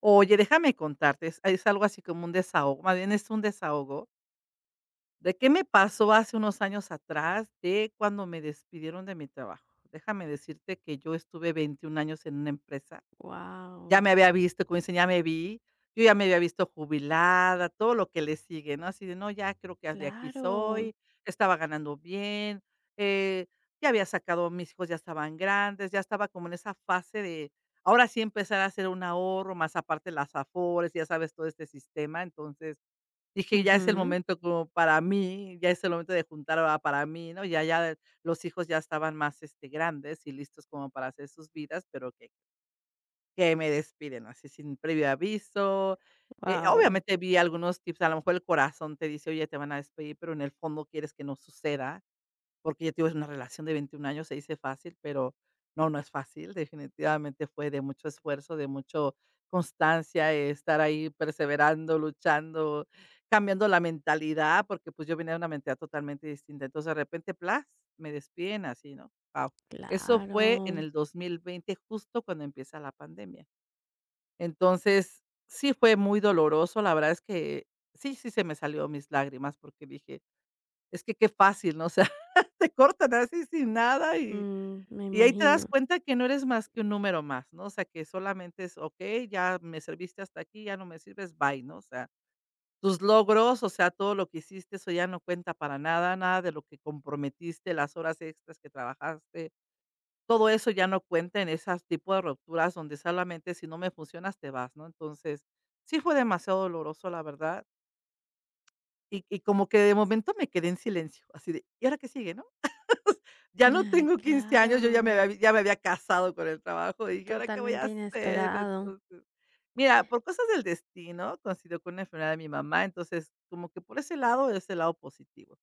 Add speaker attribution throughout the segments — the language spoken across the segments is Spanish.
Speaker 1: Oye, déjame contarte, es algo así como un desahogo, más bien es un desahogo de qué me pasó hace unos años atrás de cuando me despidieron de mi trabajo. Déjame decirte que yo estuve 21 años en una empresa, ya
Speaker 2: Wow.
Speaker 1: me había visto, como dicen, ya me vi, yo ya me había visto jubilada, todo lo que le sigue, ¿no? Así de, no, ya creo que de aquí
Speaker 2: Claro.
Speaker 1: soy, estaba ganando bien, eh, ya había sacado mis hijos, ya estaban grandes, ya estaba como en esa fase de, ahora sí empezar a hacer un ahorro, más aparte las afores, ya sabes, todo este sistema. Entonces, dije: "Ya es el
Speaker 2: Ujú.
Speaker 1: momento como para mí, ya es el momento de juntar ahora para mí", ¿no? Ya los hijos ya estaban más, este, grandes y listos como para hacer sus vidas, pero que me despiden así sin previo aviso.
Speaker 2: Wow,
Speaker 1: Obviamente vi algunos tips, a lo mejor el corazón te dice: "Oye, te van a despedir", pero en el fondo quieres que no suceda, porque ya te una relación de 21 años, se dice fácil, pero no, no es fácil, definitivamente fue de mucho esfuerzo, de mucho constancia, estar ahí perseverando, luchando, cambiando la mentalidad, porque, pues, yo venía de una mentalidad totalmente distinta. Entonces, de repente, plas, me despiden así, ¿no? Wow. Eso fue en
Speaker 2: claro.
Speaker 1: el 2020, justo cuando empieza la pandemia. Entonces, sí fue muy doloroso, la verdad es que sí, sí se me salió mis lágrimas porque dije: "Es que qué fácil", ¿no? O sea, te cortan así sin nada y
Speaker 2: Mm, me
Speaker 1: y ahí te das
Speaker 2: imagino.
Speaker 1: cuenta que no eres más que un número más, ¿no? O sea, que solamente es: "Okey, ya me serviste hasta aquí, ya no me sirves, bye", ¿no? O sea, tus logros, o sea, todo lo que hiciste, eso ya no cuenta para nada, nada de lo que comprometiste, las horas extras que trabajaste. Todo eso ya no cuenta en esas tipo de rupturas donde solamente, si no me funcionas, te vas, ¿no? Entonces, sí fue demasiado doloroso, la verdad. Y como que de momento me quedé en silencio, así de, ¿y ahora qué sigue, no? Ya no
Speaker 2: Ay,
Speaker 1: tengo 15
Speaker 2: claro.
Speaker 1: años, yo ya me había casado con el trabajo, y dije: "¿Ahora qué voy a
Speaker 2: Totalmente
Speaker 1: hacer?".
Speaker 2: inesperado.
Speaker 1: Entonces, mira, por cosas del destino, coincidió con una enfermedad de mi mamá, entonces, como que por ese lado, es el lado positivo.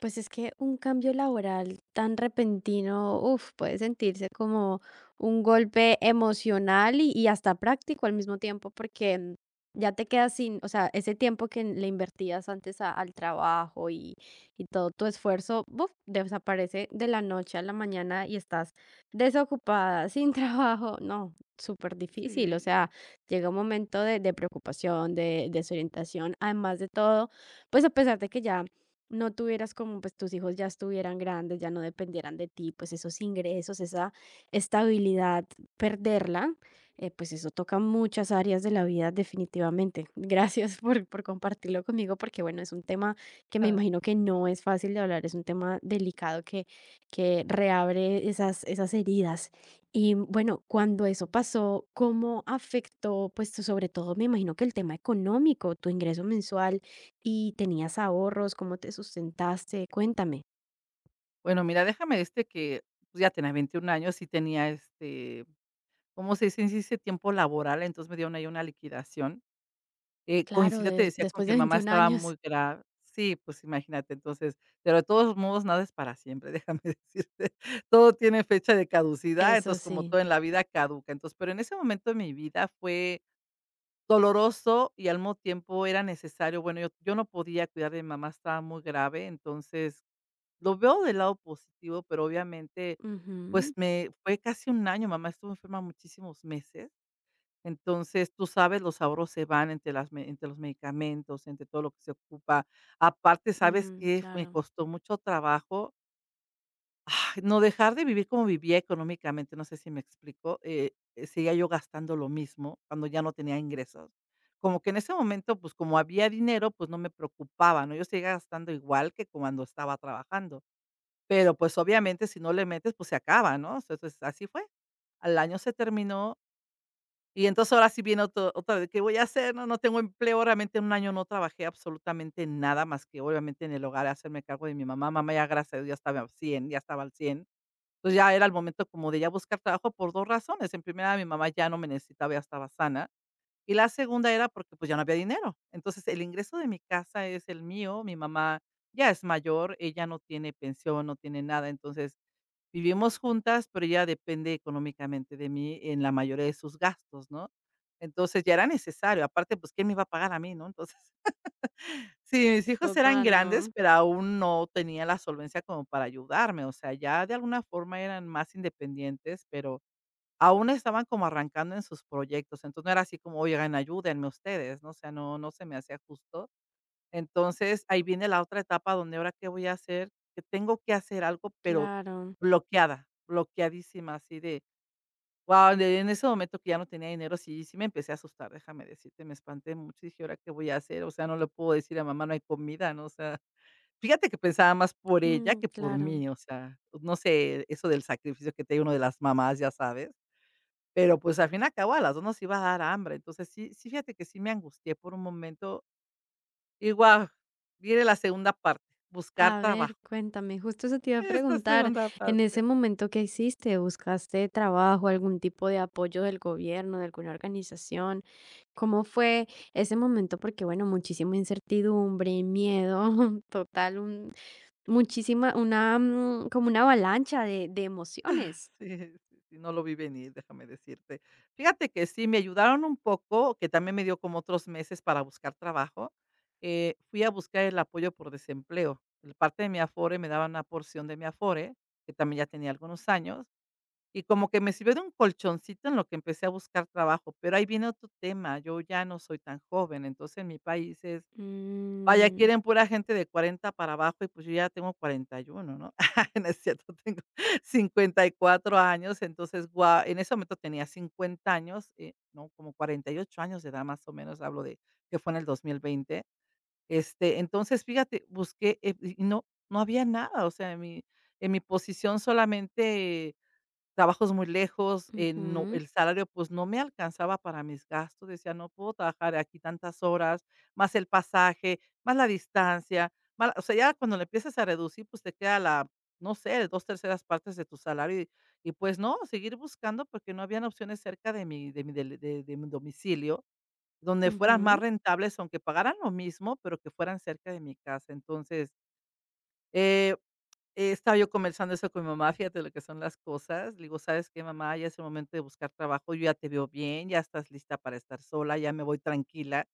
Speaker 2: Pues es que un cambio laboral tan repentino, uf, puede sentirse como un golpe emocional y hasta práctico al mismo tiempo, porque ya te quedas sin, o sea, ese tiempo que le invertías antes al trabajo y todo tu esfuerzo, buf, desaparece de la noche a la mañana y estás desocupada, sin trabajo. No, súper difícil, o
Speaker 1: Sí.
Speaker 2: sea, llega un momento de preocupación, de desorientación, además de todo, pues, a pesar de que ya no tuvieras, como pues tus hijos ya estuvieran grandes, ya no dependieran de ti, pues esos ingresos, esa estabilidad, perderla, pues eso toca muchas áreas de la vida definitivamente. Gracias por compartirlo conmigo, porque bueno, es un tema que me
Speaker 1: Ah.
Speaker 2: imagino que no es fácil de hablar, es un tema delicado que reabre esas, esas heridas. Y bueno, cuando eso pasó, ¿cómo afectó, pues sobre todo me imagino, que el tema económico, tu ingreso mensual? ¿Y tenías ahorros? ¿Cómo te sustentaste? Cuéntame.
Speaker 1: Bueno, mira, déjame, este, que, pues, ya tenía 21 años, y tenía, este, ¿cómo se dice? Sí, hice tiempo laboral, entonces me dieron ahí una liquidación.
Speaker 2: Claro,
Speaker 1: Coincidió, te decía, con
Speaker 2: después
Speaker 1: que
Speaker 2: de
Speaker 1: mamá
Speaker 2: veintiún
Speaker 1: estaba
Speaker 2: años,
Speaker 1: muy grave. Sí, pues imagínate. Entonces, pero de todos modos nada es para siempre, déjame decirte. Todo tiene fecha de caducidad,
Speaker 2: Eso
Speaker 1: entonces, como
Speaker 2: sí.
Speaker 1: todo en la vida caduca. Entonces, pero en ese momento de mi vida fue doloroso y al mismo tiempo era necesario. Bueno, yo no podía cuidar de mi mamá, estaba muy grave, entonces lo veo del lado positivo, pero obviamente, pues
Speaker 2: Ujú.
Speaker 1: me fue casi un año, mamá estuvo enferma muchísimos meses. Entonces, tú sabes, los ahorros se van entre las me entre los medicamentos, entre todo lo que se ocupa. Aparte, ¿sabes
Speaker 2: Mm,
Speaker 1: que me
Speaker 2: claro,
Speaker 1: costó mucho trabajo, ay, no dejar de vivir como vivía económicamente? No sé si me explico, seguía yo gastando lo mismo cuando ya no tenía ingresos. Como que en ese momento, pues, como había dinero, pues, no me preocupaba, ¿no? Yo seguía gastando igual que cuando estaba trabajando, pero, pues, obviamente, si no le metes, pues, se acaba, ¿no? Entonces, así fue. Al año se terminó y entonces ahora sí viene oto otra vez, ¿qué voy a hacer? No, no tengo empleo, realmente en un año no trabajé absolutamente nada más que obviamente en el hogar hacerme cargo de mi mamá. Mamá ya, gracias a Dios, ya estaba al cien. Entonces ya era el momento como de ya buscar trabajo por 2 razones. En primera, mi mamá ya no me necesitaba, ya estaba sana. Y la segunda era porque, pues, ya no había dinero. Entonces el ingreso de mi casa es el mío, mi mamá ya es mayor, ella no tiene pensión, no tiene nada. Entonces vivimos juntas, pero ella depende económicamente de mí en la mayoría de sus gastos, ¿no? Entonces, ya era necesario, aparte, pues, ¿quién me iba a pagar a mí, no? Entonces, sí, mis hijos eran
Speaker 2: total,
Speaker 1: grandes,
Speaker 2: ¿no?
Speaker 1: pero aún no tenía la solvencia como para ayudarme, o sea, ya de alguna forma eran más independientes, pero aún estaban como arrancando en sus proyectos. Entonces, no era así como: "Oigan, ayúdenme ustedes", ¿no? O sea, no no se me hacía justo. Entonces, ahí viene la otra etapa donde, ahora qué voy a hacer, que tengo que hacer algo, pero
Speaker 2: Claro.
Speaker 1: bloqueada, bloqueadísima, así de, wow, en ese momento que ya no tenía dinero, sí, sí me empecé a asustar, déjame decirte, me espanté mucho y dije, ¿ahora qué voy a hacer? O sea, no le puedo decir a mamá: "No hay comida", ¿no? O sea, fíjate que pensaba más por ella
Speaker 2: Mm,
Speaker 1: que por
Speaker 2: claro.
Speaker 1: mí, o sea, no sé, eso del sacrificio que tiene uno de las mamás, ya sabes. Pero pues al fin y al cabo a las 2 nos iba a dar hambre, entonces sí, sí, fíjate que sí me angustié por un momento y guau, viene la segunda parte, buscar
Speaker 2: A
Speaker 1: trabajo.
Speaker 2: ver, cuéntame, justo eso te iba a
Speaker 1: Esa
Speaker 2: preguntar,
Speaker 1: segunda
Speaker 2: en ese
Speaker 1: parte,
Speaker 2: momento, que hiciste? ¿Buscaste trabajo, algún tipo de apoyo del gobierno, de alguna organización? ¿Cómo fue ese momento? Porque, bueno, muchísima incertidumbre, miedo, total, un, muchísima, una, como una avalancha de
Speaker 1: ah,
Speaker 2: emociones.
Speaker 1: sí, sí, sí, no lo vi venir, déjame decirte. Fíjate que sí, me ayudaron un poco, que también me dio como otros meses para buscar trabajo. Fui a buscar el apoyo por desempleo. El parte de mi Afore, me daban una porción de mi Afore, que también ya tenía algunos años, y como que me sirvió de un colchoncito en lo que empecé a buscar trabajo. Pero ahí viene otro tema, yo ya no soy tan joven, entonces en mi país es, vaya,
Speaker 2: Mm,
Speaker 1: quieren pura gente de 40 para abajo y, pues, yo ya tengo 41, ¿no? No es cierto, tengo 54 años, entonces, guau, en ese momento tenía 50 años, no, como 48 años de edad, más o menos, hablo de que fue en el 2020. Este, entonces, fíjate, busqué, y no, no había nada, o sea, en mi posición, solamente trabajos muy lejos, no,
Speaker 2: ujú,
Speaker 1: el salario, pues, no me alcanzaba para mis gastos, decía: "No puedo trabajar aquí tantas horas, más el pasaje, más la distancia, ma". O sea, ya cuando le empiezas a reducir, pues, te queda la, no sé, 2 terceras partes de tu salario y pues, no, seguir buscando porque no habían opciones cerca de mi del de mi domicilio, donde fueran más
Speaker 2: ujú.
Speaker 1: rentables, aunque pagaran lo mismo, pero que fueran cerca de mi casa. Entonces, eh estaba yo conversando eso con mi mamá, fíjate lo que son las cosas. Le digo: "¿Sabes qué, mamá? Ya es el momento de buscar trabajo, yo ya te veo bien, ya estás lista para estar sola, ya me voy tranquila,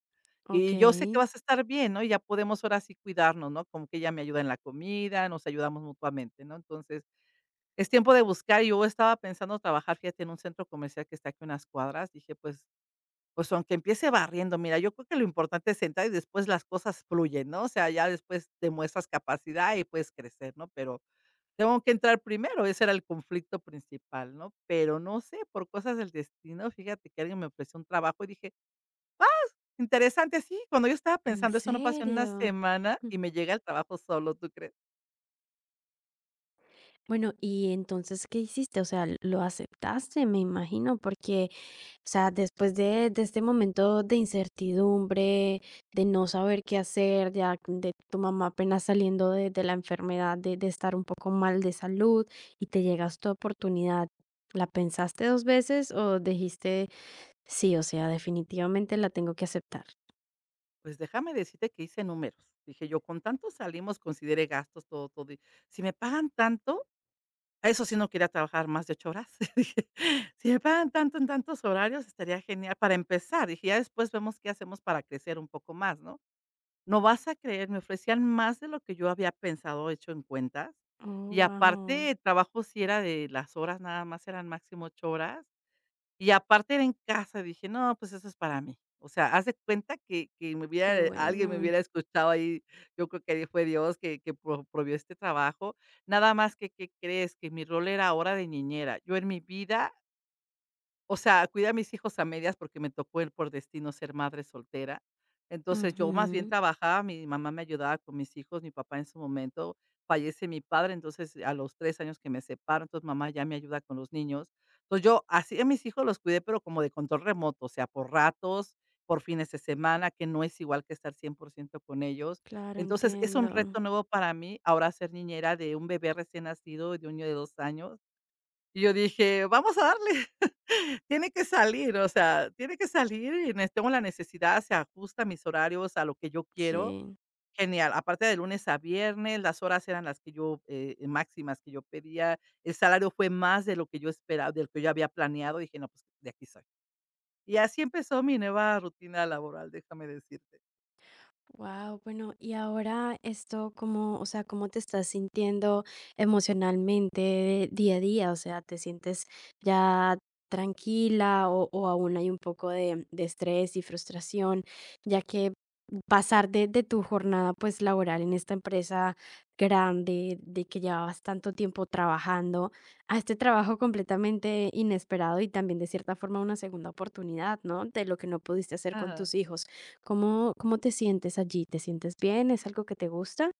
Speaker 2: Ok,
Speaker 1: y yo sé que vas a estar bien, ¿no? Y ya podemos ahora sí cuidarnos", ¿no? Como que ella me ayuda en la comida, nos ayudamos mutuamente, ¿no? Entonces, es tiempo de buscar. Yo estaba pensando trabajar, fíjate, en un centro comercial que está aquí a unas cuadras. Dije: "Pues aunque empiece barriendo". Mira, yo creo que lo importante es sentar y después las cosas fluyen, ¿no? O sea, ya después demuestras capacidad y puedes crecer, ¿no? Pero tengo que entrar primero, ese era el conflicto principal, ¿no? Pero no sé, por cosas del destino, fíjate que alguien me ofreció un trabajo y dije: "Interesante", sí, cuando yo estaba
Speaker 2: ¿en
Speaker 1: pensando eso, no pasó en una
Speaker 2: serio?
Speaker 1: semana y me llega el trabajo solo, ¿tú crees?
Speaker 2: Bueno, y entonces, ¿qué hiciste? O sea, lo aceptaste, me imagino, porque, o sea, después de este momento de incertidumbre, de no saber qué hacer, ya de tu mamá apenas saliendo de la enfermedad, de estar un poco mal de salud, y te llegas tu oportunidad, ¿la pensaste dos veces o dijiste, sí, o sea, definitivamente la tengo que aceptar?
Speaker 1: Pues déjame decirte que hice números. Dije yo: "Con tanto salimos", consideré gastos, todo, todo, y "si me pagan tanto", a eso sí, no quería trabajar más de 8 horas. Dije: "Si me pagan tanto en tantos horarios, estaría genial para empezar". Dije, ya después vemos qué hacemos para crecer un poco más, ¿no? No vas a creer, me ofrecían más de lo que yo había pensado, hecho en cuentas.
Speaker 2: Oh,
Speaker 1: Y
Speaker 2: wow,
Speaker 1: aparte, el trabajo sí era de las horas, nada más eran máximo 8 horas. Y aparte era en casa. Dije: "No, pues eso es para mí". O sea, haz de cuenta que me
Speaker 2: qué
Speaker 1: hubiera alguien me
Speaker 2: bueno.
Speaker 1: hubiera escuchado ahí, yo creo que fue Dios que provió este trabajo. Nada más que, ¿qué crees? Que mi rol era ahora de niñera. Yo en mi vida, o sea, cuidé a mis hijos a medias porque me tocó el, por destino, ser madre soltera. Entonces, yo más bien
Speaker 2: Ujú.
Speaker 1: trabajaba, mi mamá me ayudaba con mis hijos, mi papá en su momento, fallece mi padre, entonces a los 3 años que me separo, entonces mamá ya me ayuda con los niños. Entonces, yo así a mis hijos los cuidé, pero como de control remoto, o sea, por ratos, por fines de semana, que no es igual que estar 100% con ellos.
Speaker 2: Claro,
Speaker 1: Entonces, es un
Speaker 2: entiendo.
Speaker 1: reto nuevo para mí ahora ser niñera de un bebé recién nacido, de un niño de 2 años. Y yo dije: "Vamos a darle. Tiene que salir, o sea, tiene que salir y nes tengo la necesidad, se ajusta mis horarios a lo que yo quiero,
Speaker 2: Sí.
Speaker 1: genial. Aparte, de lunes a viernes, las horas eran las que yo, máximas que yo pedía, el salario fue más de lo que yo esperaba, de lo que yo había planeado". Dije: "No, pues, de aquí soy". Y así empezó mi nueva rutina laboral, déjame decirte.
Speaker 2: Wow, bueno, y ahora esto cómo, o sea, ¿cómo te estás sintiendo emocionalmente día a día? O sea, ¿te sientes ya tranquila, o aún hay un poco de estrés y frustración, ya que pasar de tu jornada pues laboral en esta empresa grande, de que llevabas tanto tiempo trabajando, a este trabajo completamente inesperado y también de cierta forma una segunda oportunidad, ¿no? De lo que no pudiste hacer con
Speaker 1: Ajá.
Speaker 2: tus hijos. ¿Cómo, cómo te sientes allí? ¿Te sientes bien? ¿Es algo que te gusta?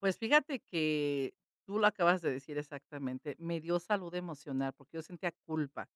Speaker 1: Pues fíjate que tú lo acabas de decir exactamente, me dio salud emocional, porque yo sentía culpa.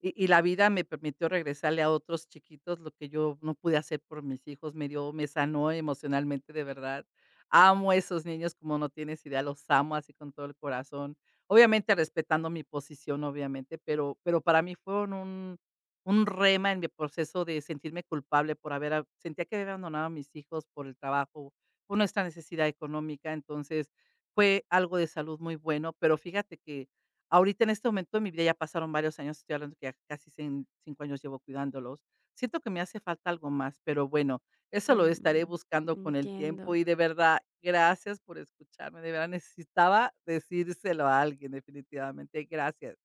Speaker 1: Y la vida me permitió regresarle a otros chiquitos lo que yo no pude hacer por mis hijos, me sanó emocionalmente, de verdad. Amo a esos niños como no tienes idea, los amo así con todo el corazón. Obviamente, respetando mi posición, obviamente, pero para mí fueron un rema en mi proceso de sentirme culpable por haber, a, sentía que había abandonado a mis hijos por el trabajo, por nuestra necesidad económica. Entonces, fue algo de salud muy bueno. Pero fíjate que ahorita, en este momento de mi vida, ya pasaron varios años, estoy hablando que ya casi cin 5 años llevo cuidándolos. Siento que me hace falta algo más, pero bueno, eso lo estaré
Speaker 2: Mm,
Speaker 1: buscando con el tiempo.
Speaker 2: entiendo.
Speaker 1: Y de verdad, gracias por escucharme, de verdad necesitaba decírselo a alguien, definitivamente, gracias.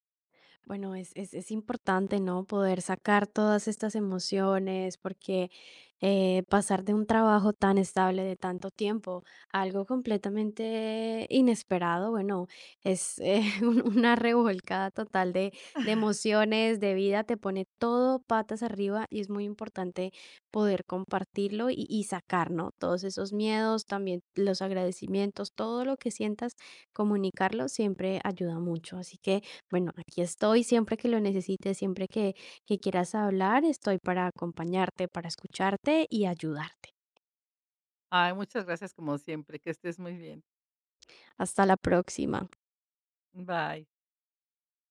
Speaker 2: Bueno, es importante, ¿no? Poder sacar todas estas emociones, porque pasar de un trabajo tan estable de tanto tiempo a algo completamente inesperado, bueno, es, una revolcada total de emociones, de vida, te pone todo patas arriba y es muy importante poder compartirlo y sacar, ¿no? Todos esos miedos, también los agradecimientos, todo lo que sientas, comunicarlo siempre ayuda mucho. Así que... Bueno, aquí estoy siempre que lo necesites, siempre que quieras hablar, estoy para acompañarte, para escucharte y ayudarte.
Speaker 1: Ay, muchas gracias, como siempre, que estés muy bien.
Speaker 2: Hasta la próxima.
Speaker 1: Bye.